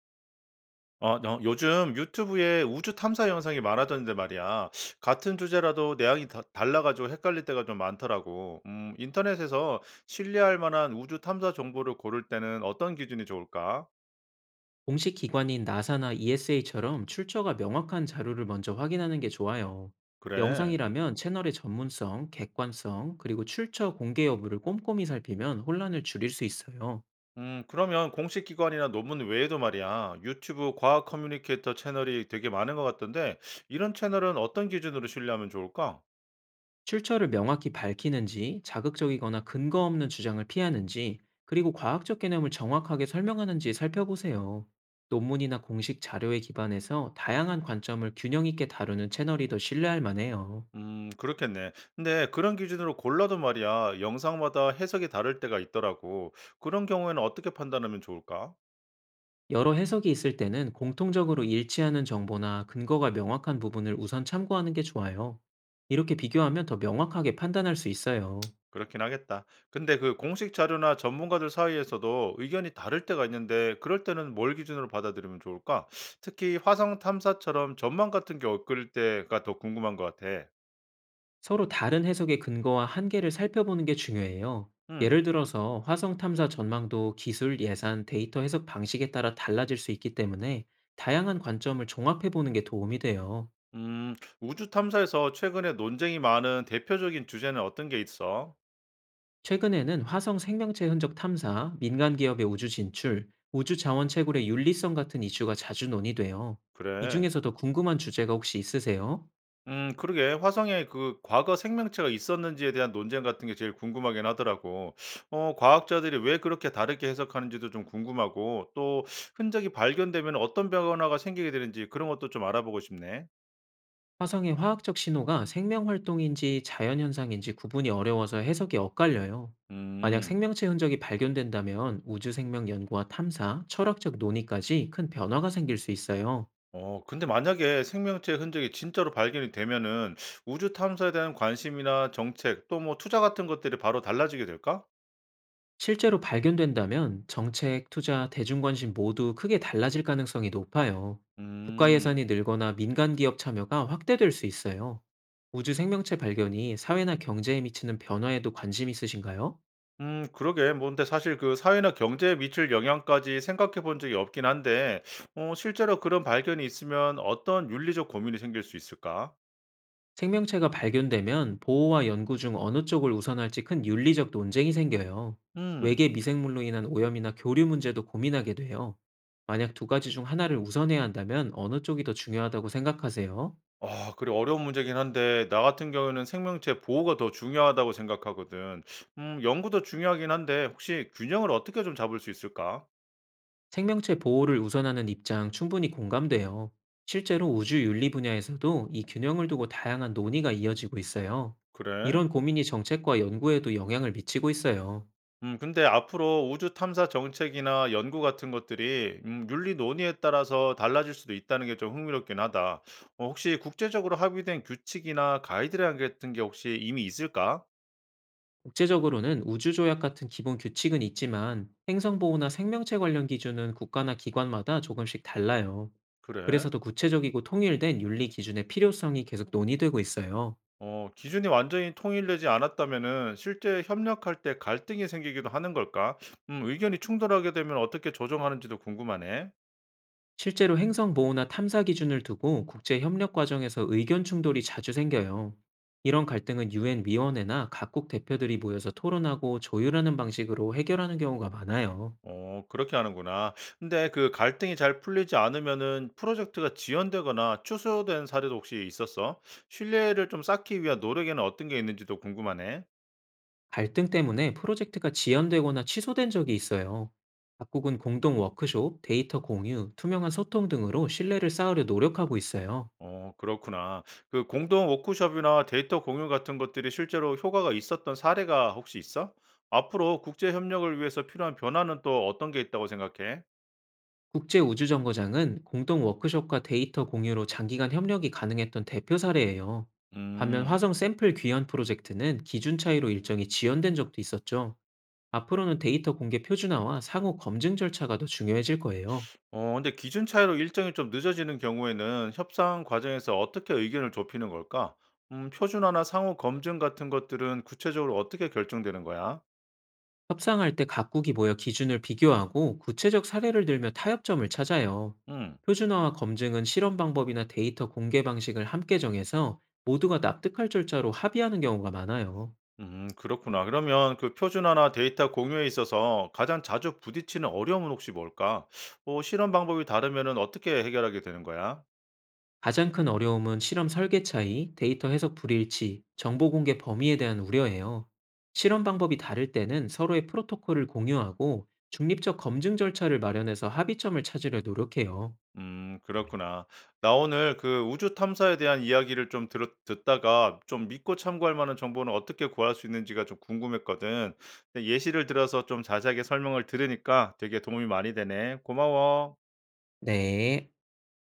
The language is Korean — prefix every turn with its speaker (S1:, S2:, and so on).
S1: 어 너 요즘 유튜브에 우주 탐사 영상이 많아졌는데 말이야. 같은 주제라도 내용이 다 달라 가지고 헷갈릴 때가 좀 많더라고. 인터넷에서 신뢰할 만한 우주 탐사 정보를 고를 때는 어떤 기준이 좋을까?
S2: 공식 기관인 나사나 ESA처럼 출처가 명확한 자료를 먼저 확인하는 게 좋아요.
S1: 그래.
S2: 영상이라면 채널의 전문성, 객관성, 그리고 출처 공개 여부를 꼼꼼히 살피면 혼란을 줄일 수 있어요.
S1: 그러면 공식 기관이나 논문 외에도 말이야. 유튜브 과학 커뮤니케이터 채널이 되게 많은 것 같던데 이런 채널은 어떤 기준으로 신뢰하면 좋을까?
S2: 출처를 명확히 밝히는지, 자극적이거나 근거 없는 주장을 피하는지, 그리고 과학적 개념을 정확하게 설명하는지 살펴보세요. 논문이나 공식 자료에 기반해서 다양한 관점을 균형 있게 다루는 채널이 더 신뢰할 만해요.
S1: 그렇겠네. 근데 그런 기준으로 골라도 말이야, 영상마다 해석이 다를 때가 있더라고. 그런 경우에는 어떻게 판단하면 좋을까?
S2: 여러 해석이 있을 때는 공통적으로 일치하는 정보나 근거가 명확한 부분을 우선 참고하는 게 좋아요. 이렇게 비교하면 더 명확하게 판단할 수 있어요.
S1: 그렇긴 하겠다. 근데 그 공식 자료나 전문가들 사이에서도 의견이 다를 때가 있는데, 그럴 때는 뭘 기준으로 받아들이면 좋을까? 특히 화성 탐사처럼 전망 같은 게 엇갈릴 때가 더 궁금한 것 같아.
S2: 서로 다른 해석의 근거와 한계를 살펴보는 게 중요해요.
S1: 음,
S2: 예를 들어서 화성 탐사 전망도 기술, 예산, 데이터 해석 방식에 따라 달라질 수 있기 때문에 다양한 관점을 종합해 보는 게 도움이 돼요.
S1: 음, 우주 탐사에서 최근에 논쟁이 많은 대표적인 주제는 어떤 게 있어?
S2: 최근에는 화성 생명체 흔적 탐사, 민간 기업의 우주 진출, 우주 자원 채굴의 윤리성 같은 이슈가 자주 논의돼요. 이
S1: 그래.
S2: 중에서도 궁금한 주제가 혹시 있으세요?
S1: 그러게. 화성에 그 과거 생명체가 있었는지에 대한 논쟁 같은 게 제일 궁금하긴 하더라고. 어 과학자들이 왜 그렇게 다르게 해석하는지도 좀 궁금하고 또 흔적이 발견되면 어떤 변화가 생기게 되는지 그런 것도 좀 알아보고 싶네.
S2: 화성의 화학적 신호가 생명 활동인지 자연 현상인지 구분이 어려워서 해석이 엇갈려요. 만약
S1: 음.
S2: 생명체 흔적이 발견된다면 우주 생명 연구와 탐사, 철학적 논의까지 큰 변화가 생길 수 있어요.
S1: 어 근데 만약에 생명체의 흔적이 진짜로 발견이 되면은 우주 탐사에 대한 관심이나 정책 또 뭐 투자 같은 것들이 바로 달라지게 될까?
S2: 실제로 발견된다면 정책, 투자, 대중관심 모두 크게 달라질 가능성이 높아요. 국가
S1: 음.
S2: 예산이 늘거나 민간 기업 참여가 확대될 수 있어요. 우주 생명체 발견이 사회나 경제에 미치는 변화에도 관심 있으신가요?
S1: 그러게. 뭐 근데 사실 그 사회나 경제에 미칠 영향까지 생각해 본 적이 없긴 한데 어 실제로 그런 발견이 있으면 어떤 윤리적 고민이 생길 수 있을까?
S2: 생명체가 발견되면 보호와 연구 중 어느 쪽을 우선할지 큰 윤리적 논쟁이 생겨요.
S1: 음.
S2: 외계 미생물로 인한 오염이나 교류 문제도 고민하게 돼요. 만약 두 가지 중 하나를 우선해야 한다면 어느 쪽이 더 중요하다고 생각하세요?
S1: 아 그래. 어려운 문제긴 한데 나 같은 경우에는 생명체 보호가 더 중요하다고 생각하거든. 연구도 중요하긴 한데 혹시 균형을 어떻게 좀 잡을 수 있을까?
S2: 생명체 보호를 우선하는 입장 충분히 공감돼요. 실제로 우주 윤리 분야에서도 이 균형을 두고 다양한 논의가 이어지고 있어요.
S1: 그래?
S2: 이런 고민이 정책과 연구에도 영향을 미치고 있어요.
S1: 근데 앞으로 우주 탐사 정책이나 연구 같은 것들이 윤리 논의에 따라서 달라질 수도 있다는 게 좀 흥미롭긴 하다. 어 혹시 국제적으로 합의된 규칙이나 가이드라인 같은 게 혹시 이미 있을까?
S2: 국제적으로는 우주조약 같은 기본 규칙은 있지만 행성보호나 생명체 관련 기준은 국가나 기관마다 조금씩 달라요. 그래서
S1: 그래.
S2: 더 구체적이고 통일된 윤리 기준의 필요성이 계속 논의되고 있어요.
S1: 어 기준이 완전히 통일되지 않았다면은 실제 협력할 때 갈등이 생기기도 하는 걸까? 의견이 충돌하게 되면 어떻게 조정하는지도 궁금하네.
S2: 실제로 행성 보호나 탐사 기준을 두고 국제 협력 과정에서 의견 충돌이 자주 생겨요. 이런 갈등은 유엔 위원회나 각국 대표들이 모여서 토론하고 조율하는 방식으로 해결하는 경우가 많아요.
S1: 어 그렇게 하는구나. 근데 그 갈등이 잘 풀리지 않으면은 프로젝트가 지연되거나 취소된 사례도 혹시 있었어? 신뢰를 좀 쌓기 위한 노력에는 어떤 게 있는지도 궁금하네.
S2: 갈등 때문에 프로젝트가 지연되거나 취소된 적이 있어요. 각국은 공동 워크숍, 데이터 공유, 투명한 소통 등으로 신뢰를 쌓으려 노력하고 있어요.
S1: 어, 그렇구나. 그 공동 워크숍이나 데이터 공유 같은 것들이 실제로 효과가 있었던 사례가 혹시 있어? 앞으로 국제 협력을 위해서 필요한 변화는 또 어떤 게 있다고 생각해?
S2: 국제우주정거장은 공동 워크숍과 데이터 공유로 장기간 협력이 가능했던 대표 사례예요. 반면
S1: 음.
S2: 화성 샘플 귀환 프로젝트는 기준 차이로 일정이 지연된 적도 있었죠. 앞으로는 데이터 공개 표준화와 상호 검증 절차가 더 중요해질 거예요.
S1: 어 근데 기준 차이로 일정이 좀 늦어지는 경우에는 협상 과정에서 어떻게 의견을 좁히는 걸까? 표준화나 상호 검증 같은 것들은 구체적으로 어떻게 결정되는 거야?
S2: 협상할 때 각국이 모여 기준을 비교하고 구체적 사례를 들며 타협점을 찾아요.
S1: 음,
S2: 표준화와 검증은 실험 방법이나 데이터 공개 방식을 함께 정해서 모두가 납득할 절차로 합의하는 경우가 많아요.
S1: 그렇구나. 그러면 그 표준화나 데이터 공유에 있어서 가장 자주 부딪히는 어려움은 혹시 뭘까? 어, 실험 방법이 다르면은 어떻게 해결하게 되는 거야?
S2: 가장 큰 어려움은 실험 설계 차이, 데이터 해석 불일치, 정보 공개 범위에 대한 우려예요. 실험 방법이 다를 때는 서로의 프로토콜을 공유하고 중립적 검증 절차를 마련해서 합의점을 찾으려 노력해요.
S1: 음, 그렇구나. 나 오늘 그 우주 탐사에 대한 이야기를 좀 들었 듣다가 좀 믿고 참고할 만한 정보는 어떻게 구할 수 있는지가 좀 궁금했거든. 근데 예시를 들어서 좀 자세하게 설명을 들으니까 되게 도움이 많이 되네. 고마워.
S2: 네,